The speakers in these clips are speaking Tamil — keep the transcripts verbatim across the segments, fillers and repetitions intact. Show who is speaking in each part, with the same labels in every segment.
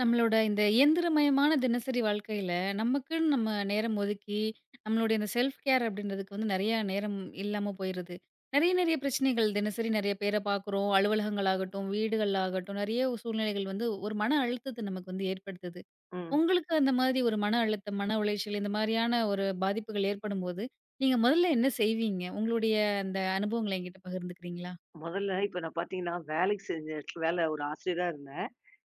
Speaker 1: நம்மளோட இந்த இயந்திரமயமான தினசரி வாழ்க்கையில, நமக்குன்னு நம்ம நேரம் ஒதுக்கி, நம்மளுடைய இந்த செல்ஃப் கேர் அப்படின்றதுக்கு வந்து நெறைய நேரம் இல்லாம போயிருது. நெறைய நெறைய பிரச்சனைகள் தினசரி நெறைய பேர பார்க்குறோம். அலுவலகங்கள் ஆகட்டும், வீடுகள் ஆகட்டும், நெறைய சூழ்நிலைகள் வந்து ஒரு மன அழுத்தத்த நமக்கு வந்து ஏற்படுத்துது.
Speaker 2: ம்.
Speaker 1: உங்களுக்கு அந்த மாதிரி ஒரு மன அழுத்தம், மன உளைச்சல் இந்த மாரியான ஒரு பாதிப்புகள் ஏற்படும்போது, நீங்க முதல்ல என்ன செய்வீங்க? உங்களுடைய அந்த அனுபவங்கள என்கிட்ட பகிர்ந்துக்கிறீங்களா?
Speaker 2: முதல்ல இப்ப நான் பார்த்தீங்கன்னா, வேலைக்கு செஞ்ச இடத்துல வேலை ஒரு ஆசிரியரா இருந்தேன்.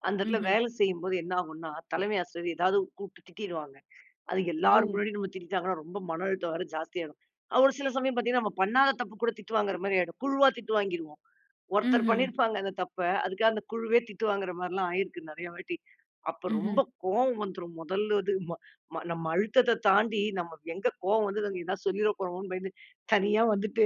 Speaker 2: அந்த இடத்துல
Speaker 1: ம்ஹ்ம்.
Speaker 2: வேலை செய்யும்போது என்ன ஆகும்னா, தலைமை ஆசிரியர் ஏதாவது கூப்பிட்டு திட்டிருவாங்க. அது
Speaker 1: ஓ!
Speaker 2: எல்லார் முன்னாடியும் நம்ம திட்டிட்டாங்கன்னா, ரொம்ப மன அழுத்தம் வேற ஜாஸ்தியாயிடும். அ ஒரு சில சமயம் பார்த்தீங்கன்னா, நம்ம பண்ணாத தப்பு கூட திட்டு வாங்குற மாரி ஆயிடும். குழுவா திட்டு வாங்கிருவோம். ஒருத்தர்
Speaker 1: ம்ஹ்ம்.
Speaker 2: பண்ணியிருப்பாங்க அந்த தப்ப. அதுக்காக அந்த குழுவே திட்டு வாங்குற மாரிலாம் ஆயிருக்கு நெறைய வாட்டி. அப்ப
Speaker 1: ம்ஹ்ம்.
Speaker 2: ரொம்ப கோவம் வந்துரும். முதல் இது ம ம நம்ம அழுத்தத்த தாண்டி நம்ம எங்க கோவம் வந்தது அங்க ஏதாவது சொல்லிற போறோமோன்னு பயந்து, தனியா வந்துட்டு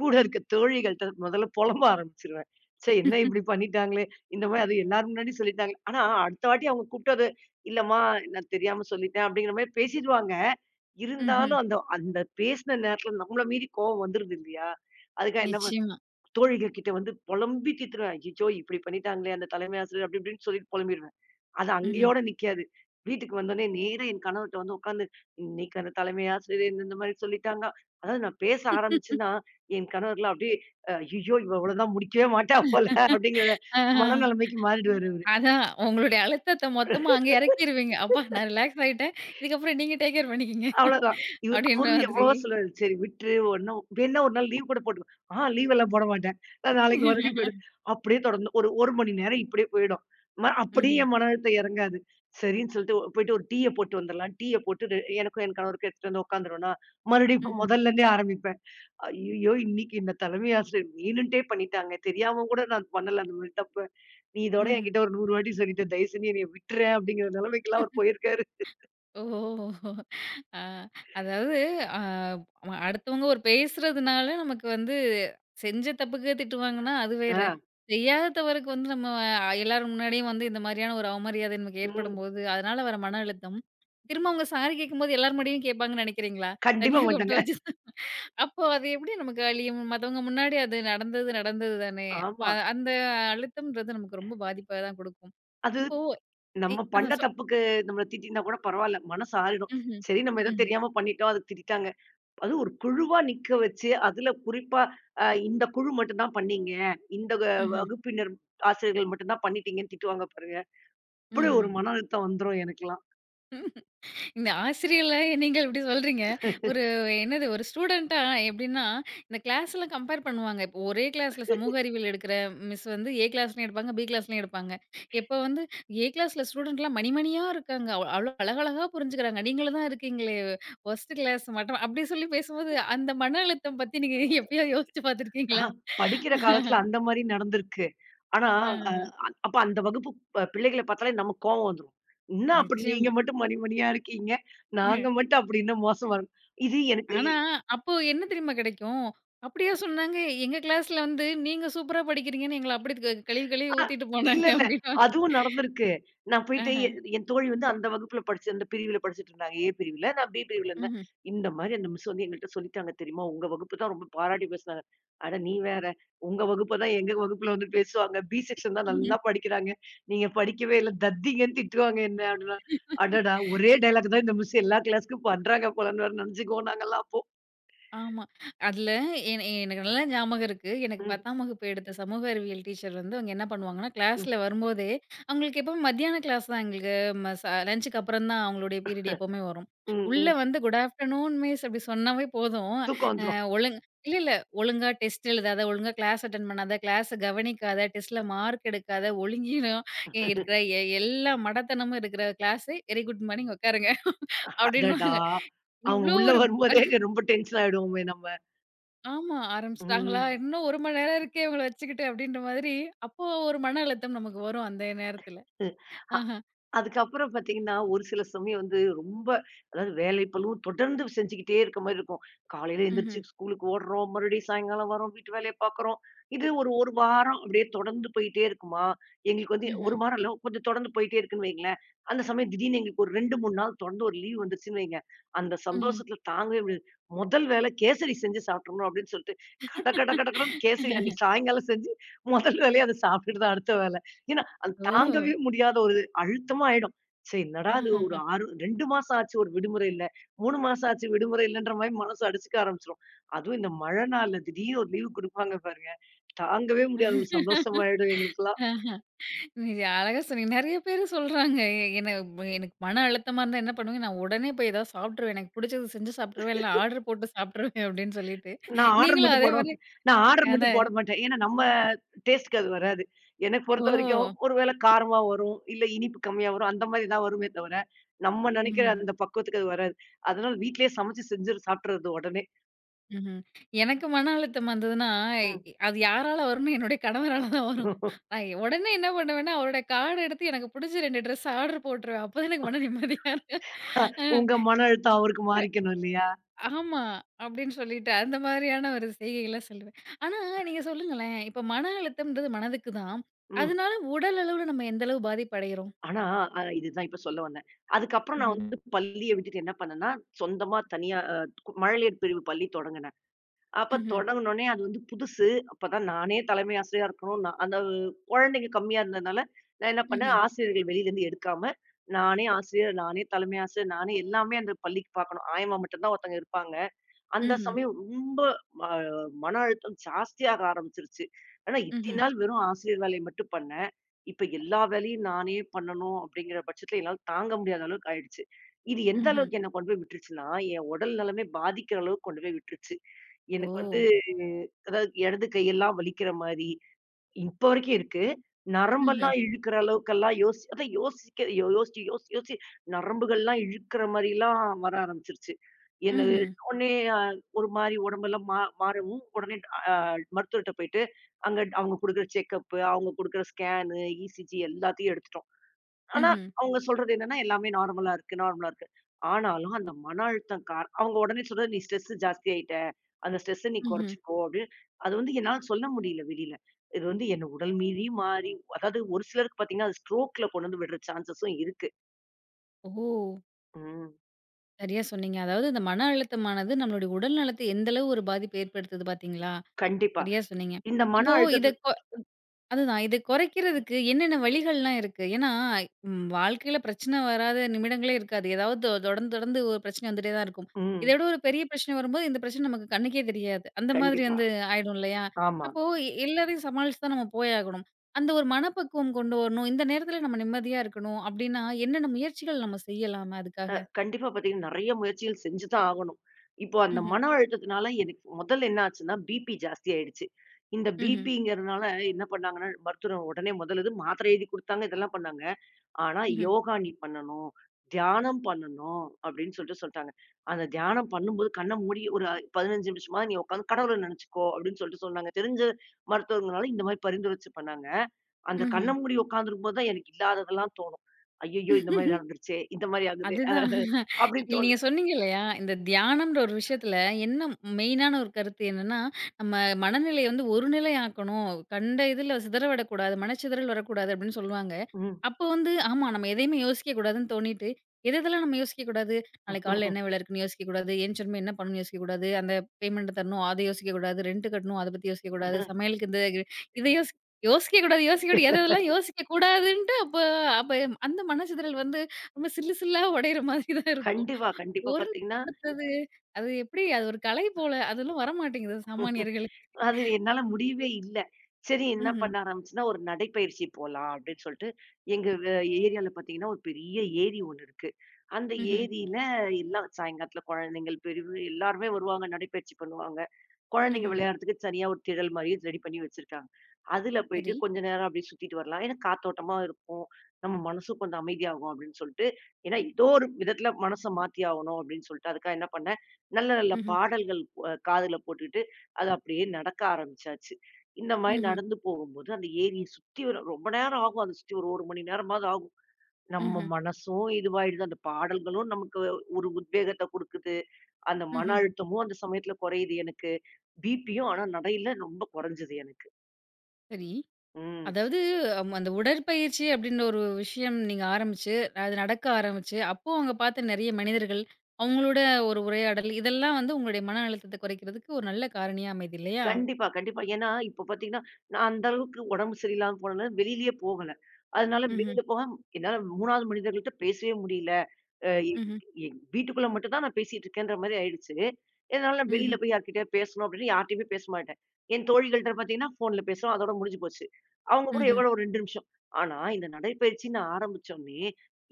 Speaker 2: கூட இருக்க தோழிகள்ட்ட முதல்ல புலம்ப ஆரம்பிச்சுருவேன். ச்சே, என்ன இப்படி பண்ணிட்டாங்களே! இந்த மாரி அது எல்லார் முன்னாடியும் சொல்லிட்டாங்களே! ஆனா அடுத்த வாட்டி அவங்க கூப்பிட்டு அது இல்லம்மா, நான் தெரியாம சொல்லிட்டேன் அப்படிங்கிற மாரி பேசிடுவாங்க.
Speaker 1: ம்ஹ்ம்.
Speaker 2: இருந்தாலும் அந்த அந்த பேசின நேரத்துல நம்மள மீறி கோவம் வந்துருது இல்லையா? அதுக்காக என்ன,
Speaker 1: நிச்சயமா.
Speaker 2: தோழிகள் கிட்ட வந்து பொலம்பி தீத்துருவேன். "அச்சச்சோ! இப்படி பண்ணிட்டாங்களே அந்த தலைமை ஆசிரியர்" அப்படி இப்படின்னு சொல்லிட்டு பொலம்பிருவேன். அது
Speaker 1: ம்ஹ்ம்.
Speaker 2: அங்கயோட நிக்காது. வீட்டுக்கு வந்தோனே நேரா என் கணவர்ட்ட வந்து உட்காந்து, "இன்னைக்கு அந்த தலைமை ஆசிரியர் இந்த இந்த மாரி சொல்லிட்டாங்க." அதாவது நான் பேச ஆரம்பிச்சேன்னா, என் கணவர்லாம் அப்படியே "அய்யய்யோ! இவ இவ்வளோதான் முடிக்கவே மாட்டா போல" அப்படிங்கிற
Speaker 1: ஆஹா.
Speaker 2: மனநிலைமைக்கு மாறிடுவாரு
Speaker 1: அதான் உங்களுடைய அழுத்தத்த மொத்தமா
Speaker 2: அவரு.
Speaker 1: அங்க இறக்கிருவீங்க. அப்பா! நான் ரிலாக்ஸ் ஆயிட்டேன். இதுக்கப்புறம் நீங்க டேக் கேர் பண்ணிக்கங்க.
Speaker 2: அவ்வளதான். இவ
Speaker 1: அப்படின்ற
Speaker 2: அவரும்
Speaker 1: மாதிரி.
Speaker 2: எவ்வளவோ சொல்றாரு. "சரி விட்டுரு, ஒண்ணும் வேணும்னா ஒரு நாள் லீவ் கூட போட்டுக்கோ." "ஆ, லீவ் எல்லாம் போட மாட்டேன். நான் நாளைக்கு மறுபடியும் போயிடுவேன்." அப்படியே தொடர்ந்து ஒரு 1 மணி நேரம் இப்படியே போயிடும். ம அப்படியே
Speaker 1: ம்ஹ்ம்.
Speaker 2: என் மன அழுத்தம் இறங்காது. சரின்னு சொல்லிட்டு ஒ- போயிட்டு ஒரு டீய போட்டு வந்துரலாம். டீய போட்டு ரெ எனக்கும் என் கணவருக்கும் எடுத்துட்டு வந்து உட்காந்துருவோம்னா, மறுபடியும் இப்ப
Speaker 1: ம்ஹ்ம்.
Speaker 2: முதல்லருந்தே ஆரம்பிப்பேன். "ஐயய்யோ! இன்னைக்கு இந்த தலைமை ஆசிரியர் வேணுன்ட்டே பண்ணிட்டாங்க. தெரியாம கூட நான் பண்ணல அந்த மாரி தப்ப. நீ இதோட
Speaker 1: ம்ஹ்ம்.
Speaker 2: என்கிட்ட ஒரு நூறு வாட்டி சொல்லிட்ட. தயவு செஞ்சு என்னைய விட்டுறேன்." அப்படிங்கிற நிலைமைக்கெல்லாம் அவர் போயிருக்காரு.
Speaker 1: ஓஹோ! ஆ அதாவது ஆ அடுத்தவங்க ஒரு பேசுறதுனால நமக்கு வந்து செஞ்ச தப்புக்கு திட்டு வாங்குனா, அது வேற.
Speaker 2: ஆ.
Speaker 1: செய்யாத தவறுக்கு வந்து நம்ம எல்லார் முன்னாடியும் வந்து இந்த மாரியான ஒரு அவமரியாதை நமக்கு
Speaker 2: ம்.
Speaker 1: ஏற்படும்போது, அதனால வர மன அழுத்தம். திரும்ப அவங்க சாரி கேட்கும்போது எல்லார் முன்னாடியும் கேட்பாங்கன்னு நெனைக்கிறீங்களா?
Speaker 2: கண்டிப்பா
Speaker 1: தனியா கூப்பிட்டு
Speaker 2: மாட்டாங்க.
Speaker 1: வச்சு அப்போ அது எப்படி நமக்கு அழியும்? மத்தவங்க முன்னாடி அது நடந்தது நடந்தது தானே. அப்ப
Speaker 2: ஆமா.
Speaker 1: அந்த அழுத்தம்ன்றது நமக்கு ரொம்ப பாதிப்ப தான் குடுக்கும்.
Speaker 2: அது
Speaker 1: இப்போ இ
Speaker 2: நம்ம பண்ண
Speaker 1: அதான் சொ
Speaker 2: தப்புக்கு நம்மள திட்டினா கூட பரவால்ல. மனசு ஆறிடும்.
Speaker 1: ம்ஹ்ம்.
Speaker 2: சரி, நம்ம ஏதோ
Speaker 1: ம்ஹ்ம்.
Speaker 2: தெரியாம பண்ணிட்டோம். அதுக்கு திட்டிட்டாங்க. அதுவும் ஒரு குழுவா நிக்க வச்சு, அதுல குறிப்பா அ இந்த குழு மட்டும் தான் பண்ணீங்க. இந்த வ
Speaker 1: ம்ஹ்ம்.
Speaker 2: வகுப்பினர் ஆசிரியர்கள் மட்டும் தான் பண்ணிட்டீங்கன்னு திட்டுவாங்க பாருங்க. அப்படி
Speaker 1: ம்ஹ்ம்.
Speaker 2: ஒரு மன அழுத்தம் வந்துரும் எனக்கெல்லாம்.
Speaker 1: இந்த ஆசிரியர்கள நீங்கள் இப்படி சொல்றீங்க. ஒரு என்னது ஒரு ஸ்டூடெண்ட்டா எப்படின்னா, இந்த கிளாஸ்ல கம்பேர் பண்ணுவாங்க. இப்போ ஒரே கிளாஸ்ல சமூக அறிவியல் எடுக்கிற மிஸ் வந்து ஏ கிளாஸ்லயும் எடுப்பாங்க, பி கிளாஸ்லயும் எடுப்பாங்க. இப்ப வந்து ஏ கிளாஸ்ல ஸ்டூடெண்ட்லாம் மணிமணியா இருக்காங்க. அவ் அவ்ளோ அழகழகா புரிஞ்சுக்கிறாங்க. நீங்களும் தான் இருக்கீங்களே வொர்ஸ்ட் கிளாஸ் மட்டும் அப்படி சொல்லி பேசும்போது, அந்த மன அழுத்தம் பத்தி நீங்க எப்பயாவது யோசிச்சு பார்த்துருக்கீங்களா?
Speaker 2: படிக்கிற காலத்துல அந்த மாரி நடந்திருக்கு. ஆனா
Speaker 1: ஆ
Speaker 2: அஹ், அ அப்ப அந்த வகுப்பு ப பிள்ளைகள பார்த்தாலே நமக்கு கோவம் வந்துரும். என்ன அப்படி நீங்க
Speaker 1: நிச்சயமா.
Speaker 2: மட்டும் மணி மணியா இருக்கீங்க. நாங்க மட்டும் அப்படி இன்னும் மோசமா இருக்கோம். இது எனக்கு
Speaker 1: ஆனா, அப்போ என்ன தெரியுமா கிடைக்கும்? அப்படியா சொன்னாங்க, எங்க கிளாஸ்ல வந்து நீங்க சூப்பரா படிக்கிறீங்கன்னு எங்கள அப்படி க கழுவி கழுவி ஊத்திட்டு
Speaker 2: இல்ல,
Speaker 1: போனாங்க
Speaker 2: இல்ல.
Speaker 1: அப்படின்னுவாங்க.
Speaker 2: அதுவும் நடந்திருக்கு. நான் போயிட்டு
Speaker 1: ஆஹ.
Speaker 2: எ என் தோழி வந்து அந்த வகுப்புல படிச்சு அந்த பிரிவுல படிச்சுட்டு இருந்தாங்க. ஏ பிரிவுல. நான் பி பிரிவுல இருந்தேன். இந்த மாரி அந்த மிஸ் வந்து எங்கள்ட்ட சொல்லிட்டாங்க தெரியுமா? உங்க வகுப்பு தான் ரொம்ப பாராட்டி பேசுனாங்க. அட நீ வேற. உங்க வகுப்ப தான் எங்க வகுப்புல வந்து பேசுவாங்க. பி செக்ஷன் தான்
Speaker 1: ம்ஹ்ம்.
Speaker 2: நல்லா படிக்கிறாங்க. நீங்க படிக்கவே இல்ல. தத்திங்கன்னு திட்டுவாங்க என்ன அப்டின்னா. அடடா! ஒரே டயலாக் தான் இந்த மிஸ் எல்லா கிளாஸ்க்கும் பண்றாங்க போலன்னு வேற நெனச்சுக்குவோம் நாங்கலாம் அப்போ.
Speaker 1: ஆமா. அதுல என எனக்கு நல்லா ஞாபகம் இருக்கு. எனக்கு
Speaker 2: ம்,
Speaker 1: பத்தாம் வகுப்பு எடுத்த சமூக அறிவியல் டீச்சர் வந்து அவங்க என்ன பண்ணுவாங்கன்னா,
Speaker 2: ம்,
Speaker 1: கிளாஸ்ல வரும்போதே அவங்களுக்கு எப்பவும் மத்தியான கிளாஸ் தான் எங்களுக்கு ம ச லஞ்சுக்கு அப்புறம் தான் அவங்களுடைய பீரியட் எப்பவுமே வரும்.
Speaker 2: ம்,
Speaker 1: உள்ள
Speaker 2: ம்.
Speaker 1: வந்து குட் ஆஃப்டர்நூன் மிஸ் அப்படி சொன்னாவே போதும்.
Speaker 2: தூக்கம்
Speaker 1: அ
Speaker 2: வந்துரும்.
Speaker 1: ஒழுங் இல்ல, இல்ல. ஒழுங்கா டெஸ்ட் எழுதாத, ஒழுங்கா கிளாஸ் அட்டெண்ட் பண்ணாத, கிளாஸ கவனிக்காத, டெஸ்ட்ல மார்க் எடுக்காத, ஒழுங்கீனம் இருக்கிற எ எல்லா மடத்தனமும் இருக்கிற கிளாஸு வெரி குட் மார்னிங் உட்காருங்க
Speaker 2: அடடா!
Speaker 1: அப்படின்னுவாங்க.
Speaker 2: அவங்க
Speaker 1: இவ்ளோ
Speaker 2: உள்ள
Speaker 1: ஒரு
Speaker 2: வரும்போதே ரொம்ப டென்ஷன் ஆயிடுவோமே நம்ம.
Speaker 1: ஆமா. ஆரம்பிச்சுட்டாங்களா?
Speaker 2: ம்.
Speaker 1: இன்னும் ஒரு மணி நேரம் இருக்கே இவங்கள வச்சுக்கிட்டு அப்டின்ற மாதிரி, அப்போ ஒரு மன அழுத்தம் நமக்கு வரும் அந்த நேரத்துல.
Speaker 2: 是，
Speaker 1: ஆஹா.
Speaker 2: அதுக்கப்புறம் பார்த்தீங்கன்னா, ஒரு சில சமயம் வந்து ரொம்ப அதாவது வேலைப்பளுவு தொடர்ந்து செஞ்சுக்கிட்டே இருக்க மாரி இருக்கும். காலையில
Speaker 1: ம்ஹ்ம்.
Speaker 2: எந்திரிச்சு ஸ்கூலுக்கு ஓடுறோம், மறுபடியும் சாயங்காலம் வரோம், வீட்டு வேலைய பார்க்குறோம். இது ஒரு 1 வாரம் அப்படியே தொடர்ந்து போயிட்டே இருக்குமா, எங்களுக்கு வந்து
Speaker 1: ம்ஹ்ம்.
Speaker 2: ஒரு வாரம் இல்ல, கொஞ்சம் தொடர்ந்து போயிட்டே இருக்குன்னு வைங்களேன். அந்த சமயம் திடீர்னு எங்களுக்கு ஒரு ரெண்டு, மூணு நாள் தொடர்ந்து ஒரு லீவ் வந்துருச்சுன்னு வைங்க. அந்த
Speaker 1: ம்ஹ்ம்.
Speaker 2: சந்தோஷத்தில தாங்கவே முடியாது. முதல் வேலை கேசரி செஞ்சு சாப்பிட்றணும் அப்படின்னு சொல்லிட்டு, கட கட கடகடன்னு கேசரி அன்னைக்கு சாயங்காலம் செஞ்சு, முதல் வேலையா அத சாப்பிட்டுட்டு தான் அடுத்த வேலை. ஏன்னா, அது
Speaker 1: ஓ!
Speaker 2: தாங்கவே முடியாத ஒரு அழுத்தமா ஆயிடும். சே, என்னடா இது ஒரு ஆறு ரெண்டு மாசம் ஆச்சு ஒரு விடுமுறை இல்ல. மூணு மாசம் ஆச்சு விடுமுறை இல்லன்ற மாரி மனசு அடிச்சுக்க ஆரம்பிச்சுரும். அதுவும் இந்த மழை நாள்ல திடீர்னு ஒரு லீவு குடுப்பாங்க பாருங்க. தாங்கவே முடியாது, ஒரு சந்தோஷமாயிடும் எங்களுக்கெல்லாம்.
Speaker 1: ஆஹா. நீங்க அழகா சொன்னீங்க. நெறைய பேரு சொல்றாங்க. எ என எனக்கு மன அழுத்தமா இருந்தா என்ன பண்ணுவேன், நான் உடனே போய் ஏதாவது சாப்ட்டுருவேன். எனக்கு புடிச்சது செஞ்சு சாப்ட்டுருவேன். இல்ல ஆர்டர் போட்டு சாப்ட்டுருவேன் அப்டின்னு சொல்லிட்டு.
Speaker 2: நான் ஆர்டர்
Speaker 1: நீங்களும்
Speaker 2: மட்டும்
Speaker 1: அதே
Speaker 2: போடுவேன்.
Speaker 1: மாரி
Speaker 2: நான் ஆர்டர் மட்டும்
Speaker 1: அதான்.
Speaker 2: போட மாட்டேன். ஏன்னா நம்ம டேஸ்ட்க்கு அது வராது. எனக்கு
Speaker 1: ஓ!
Speaker 2: பொறுத்த வரைக்கும் ஒருவேளை காரமா வரும், இல்ல இனிப்பு கம்மியா வரும். அந்த மாரி தான் வருமே தவிர, நம்ம நெனைக்கிற
Speaker 1: ம்.
Speaker 2: அந்த பக்குவத்துக்கு அது வராது. அதனால வீட்லயே சமைச்சு செஞ்சு சாப்பிட்டுறது உடனே.
Speaker 1: ம்ஹ்ம். எனக்கு மன அழுத்தம் வந்ததுன்னா, எ
Speaker 2: ம்.
Speaker 1: அது யாரால வரும்னா, என்னுடைய கணவரால தான் வரும். நான் எ உடனே என்ன பண்ணுவேன்னா, அவரோட கார்ட் எடுத்து எனக்கு புடிச்ச ரெண்டு ட்ரெஸ் ஆர்டர் போட்டுருவேன். அப்பதான் எனக்கு மன நிம்மதியா இருக்கும். அ
Speaker 2: உங்க மன அழுத்தம் அவருக்கு
Speaker 1: ப
Speaker 2: மாறிக்கணும் இல்லையா?
Speaker 1: ஆமா. அப்டின்னு சொல்லிட்டு அந்த மாதிரியான ஒரு செய்கைகள்லாம் சொல்லுவேன். ஆனா நீங்க சொல்லுங்களேன், இப்ப மன அழுத்தம்ன்றது மனதுக்கு தான்.
Speaker 2: ம்.
Speaker 1: அதனால உடல் அளவுல நம்ம எந்த அளவு பாதிப்பு அடைகிறோம்?
Speaker 2: ஆனா, அ இதுதான் இப்ப சொல்ல வந்தேன். அதுக்கப்புறம் நான்
Speaker 1: ம்ஹ்ம்.
Speaker 2: வந்து பள்ளிய விட்டுட்டு என்ன பண்ணேன்னா, சொந்தமா தனியா அ கு மழலையர் பிரிவு பள்ளி தொடங்குனேன். அப்ப
Speaker 1: ம்ஹ்ம்.
Speaker 2: தொடங்குனோனே அது வந்து புதுசு. அப்பதான் நானே தலைமை ஆசிரியரா இருக்கணும். நான் அந்த குழந்தைங்க கம்மியா இருந்ததுனால, நான் என்ன பண்ணேன்,
Speaker 1: ம்ஹ்ம்.
Speaker 2: ஆசிரியர்கள் வெளியிலருந்து எடுக்காம, நானே ஆசிரியர், நானே தலைமை ஆசிரியர், நானே எல்லாமே அந்த பள்ளிக்கு பார்க்கணும். ஆயம்மா மட்டும் தான் ஒருத்தங்க இருப்பாங்க. அந்த
Speaker 1: ம்ஹ்ம்.
Speaker 2: சமயம் ரொம்ப ம மன அழுத்தம் ஜாஸ்தியாக ஆரம்பிச்சுருச்சு. ஆனா இத்தனை
Speaker 1: ம்ஹ்ம்.
Speaker 2: நாள் வெறும் ஆசிரியர் வேலைய மட்டும் பண்ணேன். இப்ப எல்லா வேலையும் நானே பண்ணணும் அப்படிங்கிற பட்சத்துல என்னால தாங்க முடியாத அளவுக்கு ஆயிடுச்சு. இது எந்த
Speaker 1: ம்ஹ்ம்.
Speaker 2: அளவுக்கு என்ன கொண்டு போய் விட்டுருச்சுன்னா, என் உடல் நலமே பாதிக்கிற அளவுக்கு கொண்டு போய் விட்டுருச்சு.
Speaker 1: ஓ!
Speaker 2: எனக்கு வந்து அதாவது இடது கையெல்லாம் வலிக்கிற மாரி, இப்ப வரைக்கும் இருக்கு.
Speaker 1: ம்ஹ்ம்.
Speaker 2: நரம்பெல்லாம் இழுக்கிற அளவுக்கெல்லாம் யோசி அதான் யோசிக்க யோ யோசிச்சு யோசிச்சு யோசிச்சு நரம்புகள்லாம் இழுக்கிற மாரிலாம் வர ஆரம்பிச்சுருச்சு. என்னது
Speaker 1: ம்ஹ்ம்.
Speaker 2: உடனே அ ஒரு மாரி உடம்பெல்லாம் மா மாறவும், உடனே அ மருத்துவர்ட்ட போயிட்டு, அங்க அவங்க குடுக்குற செக்கப்பு, அவங்க குடுக்குற ஸ்கேனு, இசிஜி எல்லாத்தையும் எடுத்துட்டு ஆனா,
Speaker 1: ம்ஹ்ம்.
Speaker 2: அவங்க சொல்றது என்னன்னா, எல்லாமே நார்மலா இருக்கு, நார்மலா இருக்கு. ஆனாலும் அந்த மன அழுத்தம் கார அவங்க உடனே சொல்றது, "நீ ஸ்ட்ரெஸ் ஜாஸ்தியாயிட்ட. அந்த ஸ்ட்ரெஸ்ஸ நீ
Speaker 1: ம்ஹ்ம்.
Speaker 2: குறைச்சுக்கோ" அப்படின்னு. அது வந்து என்னால சொல்ல முடியல வெளியில. இது வந்து என்ன உடல் மீறியும் மாறி, அதாவது ஒரு சிலருக்கு பார்த்தீங்கன்னா, அது ஸ்ட்ரோக்ல கொண்டு வந்து விடுற சான்ஸஸும் இருக்கு.
Speaker 1: ஓ!
Speaker 2: ம்.
Speaker 1: சரியா சொன்னீங்க. அதாவது இந்த மன அழுத்தமானது நம்மளுடைய உடல் நலத்தை எந்த அளவு ஒரு பாதிப்பு ஏற்படுத்துது பார்த்தீங்களா?
Speaker 2: கண்டிப்பா.
Speaker 1: சரியா சொன்னீங்க.
Speaker 2: இந்த மன
Speaker 1: இப்போ இத
Speaker 2: அழுத்தத்த
Speaker 1: கொ அதுதான் இத குறைக்கிறதுக்கு என்னென்ன வழிகள்லாம் இருக்கு? ஏன்னா ம் வாழ்க்கையில பிரச்சனை வராத நிமிடங்களே இருக்காது. ஏதாவது தொ தொடர்ந்து தொடர்ந்து ஒரு பிரச்சனை வந்துட்டே தான் இருக்கும். இத
Speaker 2: ம்.
Speaker 1: விட ஒரு பெரிய பிரச்சனை வரும்போது இந்த பிரச்சனை நமக்கு கண்ணுக்கே தெரியாது. அந்த மாதிரி
Speaker 2: கண்டிப்பா.
Speaker 1: வந்து ஆயிடும் இல்லையா?
Speaker 2: ஆமா.
Speaker 1: அப்போ எ எல்லாரையும் சமாளிச்சு தான் நம்ம போயாகணும். அந்த ஒரு மனப்பக்குவம் கொண்டு வரணும். இந்த நேரத்தில நம்ம நிம்மதியா இருக்கணும். அப்டின்னா என்னென்ன முயற்சிகள் நம்ம செய்யலாம் அதுக்காக?
Speaker 2: அ கண்டிப்பா பார்த்தீங்கன்னா, நெறைய முயற்சிகள் செஞ்சு தான் ஆகணும். இப்போ அந்த
Speaker 1: ம்ஹ்ம்,
Speaker 2: மன அழுத்தத்தினால எனக்கு முதல்ல என்ன ஆச்சுன்னா, பிபி ஜாஸ்தி ஆயிடுச்சு. இந்த
Speaker 1: ம்ஹ்ம்,
Speaker 2: பிபிங்கிறதுனால என்ன பண்ணாங்கன்னா, மருத்துவர் உடனே முதல் இது மாத்திரை எழுதி குடுத்தாங்க, இதெல்லாம் பண்ணாங்க. ஆனா
Speaker 1: ம்ஹ்ம்.
Speaker 2: யோகா நீ பண்ணணும், தியானம் பண்ணணும் அப்படின்னு சொல்லிட்டு சொல்ட்டாங்க. அந்த தியானம் பண்ணும்போது கண்ண மூடி ஒரு பதினைந்து நிமிஷமாவது நீ உட்கார்ந்து கடவுள நினைச்சுக்கோ அப்படின்னு சொல்லிட்டு சொன்னாங்க. தெரிஞ்ச மருத்துவர்ங்கனால இந்த மாரி பரிந்துரைச்சு பண்ணாங்க. அந்த கண்ண
Speaker 1: ம்ஹ்ம்.
Speaker 2: மூடி உட்கார்ந்திருக்கும்போது தான் எனக்கு இல்லாததெல்லாம் தோணும். ஐய்யய்யோ! இந்த மாரி நடந்துருச்சே, இந்த மாரி ஆகுதே
Speaker 1: அதுதான்.
Speaker 2: அப்படின்னு
Speaker 1: இல்ல, நீங்க
Speaker 2: தோணும்.
Speaker 1: சொன்னீங்க இல்லையா? இந்த தியானம்ன்ற ஒரு விஷயத்துல என்ன மெயினான ஒரு கருத்து என்னன்னா, நம்ம மனநிலைய வந்து ஒரு நிலை ஆக்கணும். கண்ட இதுல சிதற விடக்கூடாது. மனச்சிதறல் வரக்கூடாது அப்படின்னு சொல்லுவாங்க.
Speaker 2: ம்.
Speaker 1: அப்போ வந்து ஆமா நம்ம எதையுமே யோசிக்க கூடாதுன்னு தோணிட்டு, எது எதெல்லாம் நம்ம யோசிக்க கூடாது? நாளைக்கு காலைல என்ன வேல இருக்குன்னு யோசிக்க கூடாது. எந்திச்சோனமே என்ன பண்ணணும்னு யோசிக்க கூடாது. அந்த பேமெண்ட் தரணும், அத யோசிக்க கூடாது. ரெண்ட் கட்டணும், அத பத்தி யோசிக்க கூடாது. சமையலுக்கு இந்த இத யோசி யோசிக்க கூடாது, யோசிக்க கூடாது. எத எதெல்லாம் யோசிக்க கூடாதுன்ட்டு அப்ப அப்ப அந்த மனச்சிதறல் வந்து ரொம்ப சில்லு சில்லா உடையிற மாதிரி தான் இருக்கும்.
Speaker 2: கண்டிப்பா, கண்டிப்பா.
Speaker 1: ஒரு நாள்
Speaker 2: பார்த்தீங்கன்னா
Speaker 1: படுத்துறது, அது எப்படி அது ஒரு கலை போல. அதெல்லாம் வரமாட்டேங்குது சாமானியர்களுக்கு.
Speaker 2: அது என்னால முடியவே இல்ல. சரி, என்ன
Speaker 1: ம்ஹ்ம்,
Speaker 2: பண்ண ஆரம்பிச்சேன்னா, ஒரு நடைப்பயிற்சி போலாம் அப்படின்னு சொல்லிட்டு, எங்க வ ஏரியால பார்த்தீங்கன்னா, ஒரு பெரிய ஏரி ஒண்ணு இருக்கு. அந்த
Speaker 1: ம்ஹ்ம்,
Speaker 2: ஏரியில எல்லாம் சாயங்காலத்துல குழந்தைங்கள், பெரியவங்க எல்லாருமே வருவாங்க. நடைப்பயிற்சி பண்ணுவாங்க. குழந்தைங்க
Speaker 1: ம்ஹ்ம்.
Speaker 2: விளையாடுறதுக்கு தனியா ஒரு திடல் மாரி ரெடி பண்ணி வச்சிருக்காங்க. அதுல போயிட்டு
Speaker 1: சரி.
Speaker 2: கொஞ்ச நேரம் அப்படியே சுத்திட்டு வரலாம். ஏன்னா காத்தோட்டமா இருக்கும். நம்ம மனசும் கொஞ்சம் அமைதியாகும் அப்படின்னு சொல்லிட்டு, ஏன்னா ஏதோ ஒரு விதத்துல மனச மாத்தி ஆகணும் அப்படின்னு சொல்லிட்டு, அதுக்காக என்ன பண்ணேன், நல்ல நல்ல
Speaker 1: ம்ஹ்ம்,
Speaker 2: பாடல்கள் அ காதுல போட்டுக்கிட்டு அது அப்படியே நடக்க ஆரம்பிச்சாச்சு. இந்த மாரி
Speaker 1: ம்ஹ்ம்,
Speaker 2: நடந்து போகும்போது, அந்த ஏரிய சுத்தி ஒரு ரொம்ப நேரம் ஆகும். அத சுத்தி ஒரு 1 மணி நேரமாவது ஆகும். நம்ம
Speaker 1: ம்ஹ்ம்,
Speaker 2: மனசும் இதுவாயிடுது. அந்த பாடல்களும் நமக்கு ஒரு உத்வேகத்த குடுக்குது. அந்த மன
Speaker 1: ம்ஹ்ம்.
Speaker 2: அழுத்தமும் அந்த சமயத்துல குறையுது எனக்கு. பிபியும் ஆனா நடையில ரொம்ப குறைஞ்சது எனக்கு.
Speaker 1: சரி.
Speaker 2: ம்.
Speaker 1: அதாவது அம் அந்த உடற்பயிற்சி அப்படின்ற ஒரு விஷயம் நீங்க ஆரம்பிச்சு, அது நடக்க ஆரம்பிச்சு, அப்போ அங்க பார்த்த நெறைய மனிதர்கள், அவங்களோட ஒரு உரையாடல், இதெல்லாம் வந்து உங்களுடைய மன அழுத்தத்த குறைக்கிறதுக்கு ஒரு நல்ல காரணியா அமையுது இல்லையா?
Speaker 2: கண்டிப்பா, கண்டிப்பா. ஏன்னா, இப்ப பாத்தீங்கன்னா, நான் அந்த அளவுக்கு உடம்பு சரியில்லாம போனனால வெளியிலயே போகல. அதனால
Speaker 1: ம்ஹ்ம்,
Speaker 2: வெளியில போக என்னால 3வது மனிதர்கள்ட்ட பேசவே முடியல. அ எ
Speaker 1: ம்ஹ்ம்,
Speaker 2: என் வீட்டுக்குள்ள மட்டும் தான் நான் பேசிட்டு இருக்கேன்ற மாரி ஆயிடுச்சு. இதனால நான் வெளியில
Speaker 1: ம்ஹ்ம்,
Speaker 2: போய் யார்கிட்டயாவது பேசணும் அப்படின்னு யார்ட்டயுமே பேச மாட்டேன். என் தோழிகள்ட்ட பார்த்தீங்கன்னா, ஃபோன்ல பேசுறோம். அதோட முடிஞ்சு போச்சு. அவங்க கூட
Speaker 1: ம்ஹ்ம்,
Speaker 2: எவ்வளோ ஒரு ரெண்டு நிமிஷம். ஆனா இந்த நடைப்பயிற்சி நான் ஆரம்பிச்சோனே,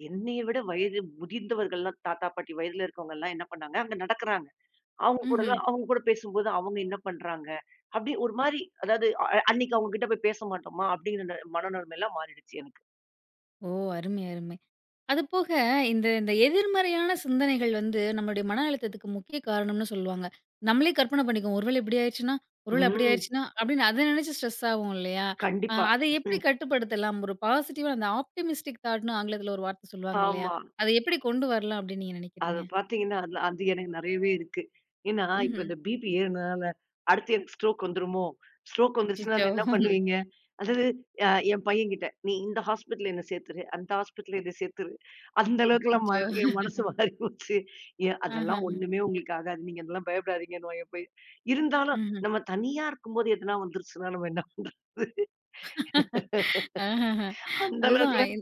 Speaker 2: என்னைய விட வயது முதிர்ந்தவர்கள்லாம் தாத்தா, பாட்டி வயதுல இருக்கவங்கலாம் என்ன பண்ணாங்க, அங்க நடக்குறாங்க. அவங்க
Speaker 1: ம்ஹ்ம்.
Speaker 2: கூடலாம் அவங்க கூட பேசும்போது அவங்க என்ன பண்றாங்க? அப்படி ஒரு மாரி அதாவது அ அன்னைக்கு அவங்க கிட்ட போய் பேச மாட்டோமா அப்படிங்கிற மனநிலைமைலாம் மாறிடுச்சு எனக்கு.
Speaker 1: ஓ! அருமை, அருமை. அதுபோக இந்த இந்த எதிர்மறையான சிந்தனைகள் வந்து நம்மளுடைய மன அழுத்தத்துக்கு முக்கிய காரணம்னு சொல்லுவாங்க. நம்மளே கற்பனை பண்ணிக்குவோம். ஒருவேளை இப்படி ஆயிருச்சுன்னா, ஒருவேளை அப்படி
Speaker 2: ம்.
Speaker 1: ஆயிருச்சுன்னா, அப்படின்னு அத நினைச்சு ஸ்ட்ரெஸ் ஆவோம் இல்லையா? அ
Speaker 2: கண்டிப்பா.
Speaker 1: அத எப்படி
Speaker 2: ம்.
Speaker 1: கட்டுப்படுத்தலாம்? ஒரு பாசிட்டிவா அந்த ஆப்டிமிஸ்டிக் தாட்ன்னு ஆங்கிலத்தில ஒரு வார்த்தை சொல்லுவாங்க இல்லையா?
Speaker 2: ஆமா.
Speaker 1: அத எப்படி கொண்டு வரலாம் அப்படின்னு நீங்க
Speaker 2: அது
Speaker 1: நினைக்கிறீங்க?
Speaker 2: பார்த்தீங்கன்னா, அதுல அது எனக்கு நெறையவே இருக்கு. ஏன்னா, இப்ப
Speaker 1: ம்ஹ்ம்.
Speaker 2: இந்த பிபி ஏறுனனால, அடுத்து எனக்கு ஸ்ட்ரோக் வந்துருமோ? ஸ்ட்ரோக் வந்துருச்சுன்னா
Speaker 1: அச்சச்சோ!
Speaker 2: நான் என்ன பண்ணுவீங்க? அதாவது அ என் பையன்கிட்ட, "நீ இந்த ஹாஸ்பிட்டல்ல என்ன சேர்த்துரு, அந்த ஹாஸ்பிட்டல்ல என்ன சேர்த்துரு." அந்த அளவுக்குலாம் ம
Speaker 1: அச்சச்சோ!
Speaker 2: என் மனசு மாறி போச்சு. ஏன்
Speaker 1: ஆஹ.
Speaker 2: அதெல்லாம் ஒண்ணுமே உங்களுக்கு ஆகாது. நீங்க அதெல்லாம் பயப்படாதீங்கன்னுவான் என் பையன். இருந்தாலும்
Speaker 1: ம்ஹ்ம்.
Speaker 2: நம்ம தனியா இருக்கும்போது எதனா வந்துருச்சுன்னா நம்ம என்ன பண்றது?
Speaker 1: ஆஹஹ.
Speaker 2: அந்த
Speaker 1: அதுதான்.
Speaker 2: அளவுக்குலாம்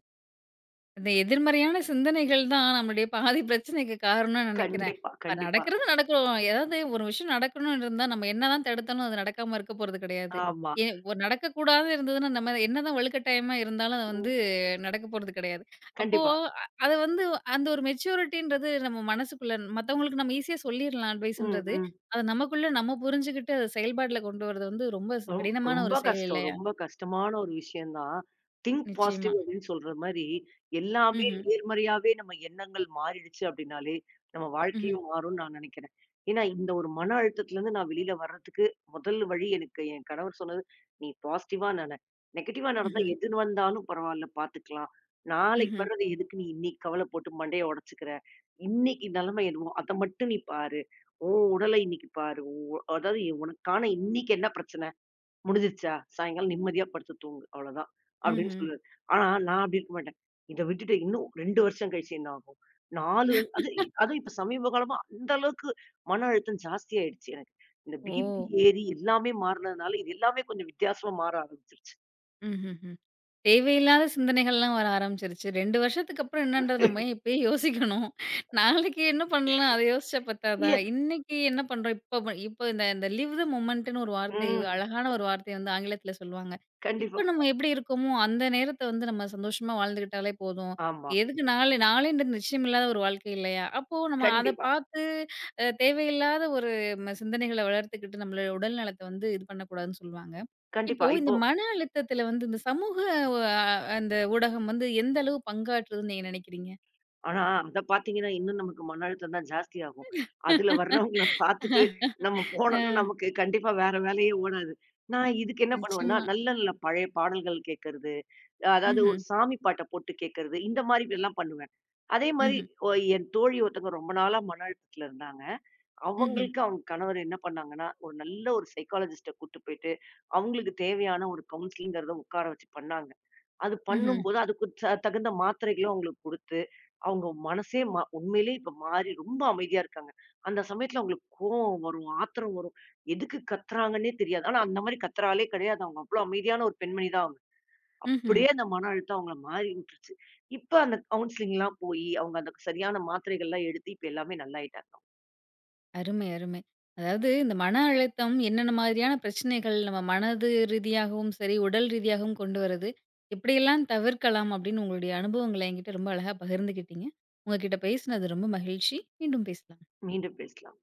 Speaker 1: இந்த எதிர்மறையான சிந்தனைகள் தான் நம்மளுடைய பாதி பிரச்சனைக்கு காரணம்னு நினைக்கிறேன்.
Speaker 2: கண்டிப்பா,
Speaker 1: இப்ப
Speaker 2: கண்டிப்பா.
Speaker 1: நடக்கிறது நடக்கும். ஏதாவது ஒரு விஷயம் நடக்கணும்னு இருந்தா, நம்ம என்னதான் தடுத்தாலும் அது நடக்காம இருக்க போறது கிடையாது.
Speaker 2: ஆமா.
Speaker 1: ஏ ஒரு நடக்கக்கூடாது இருந்ததுன்னா, நம்ம என்னதான் வலுக்கட்டாயமா இருந்தாலும் அது
Speaker 2: ம்.
Speaker 1: வந்து நடக்க போறது கிடையாது. அப்போ
Speaker 2: கண்டிப்பா.
Speaker 1: அ அத வந்து அந்த ஒரு மெச்சூரிட்டின்றது நம்ம மனசுக்குள்ள மத்தவங்களுக்கு நம்ம ஈஸியா சொல்லிரலாம்
Speaker 2: ம்,
Speaker 1: அட்வைஸ்ன்றது.
Speaker 2: ம்.
Speaker 1: அத நமக்குள்ள நம்ம புரிஞ்சுகிட்டு அத செயல்பாட்டுல கொண்டு வரது வந்து ரொம்ப ஸ்
Speaker 2: ரொம்
Speaker 1: கடினமான ஒரு
Speaker 2: ரொம்ப
Speaker 1: செயல்
Speaker 2: கஷ்டம்.
Speaker 1: இல்லையா?
Speaker 2: ரொம்ப கஷ்டமான ஒரு விஷயம் தான். திங்க்
Speaker 1: நிச்சயமா.
Speaker 2: பாசிட்டிவ் அப்படின்னு சொல்ற மாரி, எல்லாமே
Speaker 1: ம்ஹ்ம்.
Speaker 2: நேர்மறையாவே நம்ம எண்ணங்கள் மாறிடுச்சு அப்படின்னாலே, நம்ம
Speaker 1: ம்ஹ்ம்.
Speaker 2: வாழ்க்கையும் மாறும்னு நான் நெனைக்கிறேன். ஏன்னா, இந்த ஒரு மன அழுத்தத்துலருந்து நான் வெளியில வர்றதுக்கு முதல் வழி எனக்கு என் கணவர் சொன்னது, "நீ பாசிட்டிவா நென. நெகட்டிவா நடந்தா
Speaker 1: ம்ஹ்ம்.
Speaker 2: எது வந்தாலும் பரவால்ல பார்த்துக்கலாம். நாளைக்கு
Speaker 1: ம்ஹ்ம்.
Speaker 2: வர்றது எதுக்கு நீ இன்னைக்கு கவல போட்டு மண்டைய உடைச்சுக்கிற? இன்னைக்கு நிலைமை எதுவோ அத மட்டும் நீ பாரு. உன் உடலை இன்னைக்கு பாரு. உன் உ அதாவது உனக்கான இன்னைக்கு என்ன பிரச்சனை?" முடிஞ்சிருச்சா? சாயங்காலம் நிம்மதியா படுத்து தூங்கு. அவ்வளோதான். அப்படின்னு
Speaker 1: ம்ஹ்ம்.
Speaker 2: சொல்லுவாரு. ஆனா நான் அப்படி இருக்க மாட்டேன். இத விட்டுட்டு இன்னும் ரெண்டு வருஷம் கழிச்சு என்ன ஆகும்? நாலு வரு அது அதுவும் இப்ப சமீப காலமா அந்த அளவுக்கு மன அழுத்தம் ஜாஸ்தியாயிடுச்சு எனக்கு. இந்த
Speaker 1: ஓ!
Speaker 2: பிபி ம். ஏறி எல்லாமே மாறுனதுனால, இது எல்லாமே கொஞ்சம் வித்தியாசமா மாற ஆரம்பிச்சுருச்சு.
Speaker 1: ம்ஹ்ஹ்ம். தேவையில்லாத சிந்தனைகள்லாம் வர ஆரம்பிச்சுருச்சு. ரெண்டு வருஷத்துக்கு அப்புறம் என்னன்றது நம்ம ஏன் இப்பயே யோசிக்கணும். நாளைக்கு என்ன பண்ணலாம்? அத யோசிச்சா பத்தாதா?
Speaker 2: ஏ
Speaker 1: இன்னைக்கு என்ன பண்றோம்? இப்ப ப இப்ப இந்த இந்த லிவ் த மொமெண்ட்ன்னு ஒரு வார்த்தை
Speaker 2: ம்.
Speaker 1: அழகான ஒரு வார்த்தை வந்து ஆங்கிலத்தில சொல்லுவாங்க. இப்ப
Speaker 2: கண்டிப்பா.
Speaker 1: நம்ம எப்படி இருக்கோமோ, அந்த நேரத்த வந்து நம்ம சந்தோஷமா வாழ்ந்துக்கிட்டாலே போதும்.
Speaker 2: ஆமா.
Speaker 1: எதுக்கு நாளை நாளைன்றது நிச்சயம் இல்லாத ஒரு வாழ்க்கை இல்லையா? அப்போ நம்ம அத
Speaker 2: கண்டிப்பா,
Speaker 1: பார்த்து அ தேவையில்லாத ஒரு ம சிந்தனைகள வளர்த்துக்கிட்டு நம்மளோட உடல் நலத்த வந்து இது பண்ணக்கூடாதுன்னு சொல்லுவாங்க. இப்போ
Speaker 2: கண்டிப்பா.
Speaker 1: இந்த
Speaker 2: இப்போ
Speaker 1: மன அழுத்தத்துல வந்து இந்த சமூக அ அந்த ஊடகம் வந்து எந்த அளவு பங்காற்றுதுன்னு நீங்க நினைக்கிறீங்க?
Speaker 2: ஆனா, அத பார்த்தீங்கன்னா, இன்னும் நமக்கு மன அழுத்தம் தான் ஜாஸ்தியாகும். அதுல வர்றவங்கள பார்த்துட்டு நம்ம
Speaker 1: ஆ
Speaker 2: போனோம்னா, நமக்கு கண்டிப்பா வேற வேலையே ஓடாது. நான் இதுக்கு என்ன பண்ணுவேன்னா,
Speaker 1: நிச்சயமா.
Speaker 2: நல்ல நல்ல பழைய பாடல்கள் கேட்கறது, அதாவது
Speaker 1: ம்ஹ்ம்.
Speaker 2: ஒரு சாமி பாட்ட போட்டு கேட்கறது, இந்த மாரி எல்லாம் பண்ணுவேன். அதே மாரி
Speaker 1: ம்ஹ்ம்.
Speaker 2: ஒ என் தோழி ஒருத்தவங்க ரொம்ப நாளா மன அழுத்தத்துல இருந்தாங்க.
Speaker 1: ம்ஹ்ம்.
Speaker 2: அவங்களுக்கு அவங்க கணவர் என்ன பண்ணாங்கன்னா, ஒரு நல்ல ஒரு சைக்காலஜிஸ்ட்ட கூட்டு போயிட்டு, அவங்களுக்கு தேவையான ஒரு கவுன்சிலிங்கிறத உட்கார வச்சு பண்ணாங்க. அது
Speaker 1: ம்ஹ்ம்.
Speaker 2: பண்ணும்போது, அதுக்கு ச தகுந்த மாத்திரைகளும் அவங்களுக்கு குடுத்து, அவங்க மனசே ம உண்மையிலேயே இப்ப மாறி ரொம்ப அமைதியா இருக்காங்க. அந்த சமயத்துல அவங்களுக்கு கோவம் வரும், ஆத்திரம் வரும். எதுக்கு கத்துறாங்கன்னே தெரியாது. ஆனா அந்த மாரி கத்துற ஆளே கிடையாது. அவங்க அவ்ளோ அமைதியான ஒரு பெண்மணி தான் அவங்க.
Speaker 1: ம்ஹ்ம்.
Speaker 2: அப்படியே அந்த மன அழுத்தம் அவங்கள மாறி விட்டுருச்சு. இப்ப அந்த கவுன்சிலிங்லாம் போயி, அவங்க அந்த சரியான மாத்திரைகள்லாம் எடுத்து, இப்ப எல்லாமே நல்லாயிட்டாங்க.
Speaker 1: அருமை, அருமை. அதாவது இந்த மன அழுத்தம் என்னென்ன மாதிரியான பிரச்சனைகள் நம்ம மனது ரீதியாகவும் சரி, உடல் ரீதியாகவும் கொண்டு வருது. எப்படியெல்லாம் தவிர்க்கலாம் அப்படின்னு உங்களுடைய அனுபவங்கள என்கிட்ட ரொம்ப அழகா பகிர்ந்துக்கிட்டீங்க. உங்க கிட்ட பேசினது ரொம்ப மகிழ்ச்சி. மீண்டும் பேசலாம்.
Speaker 2: மீண்டும் பேசலாம்.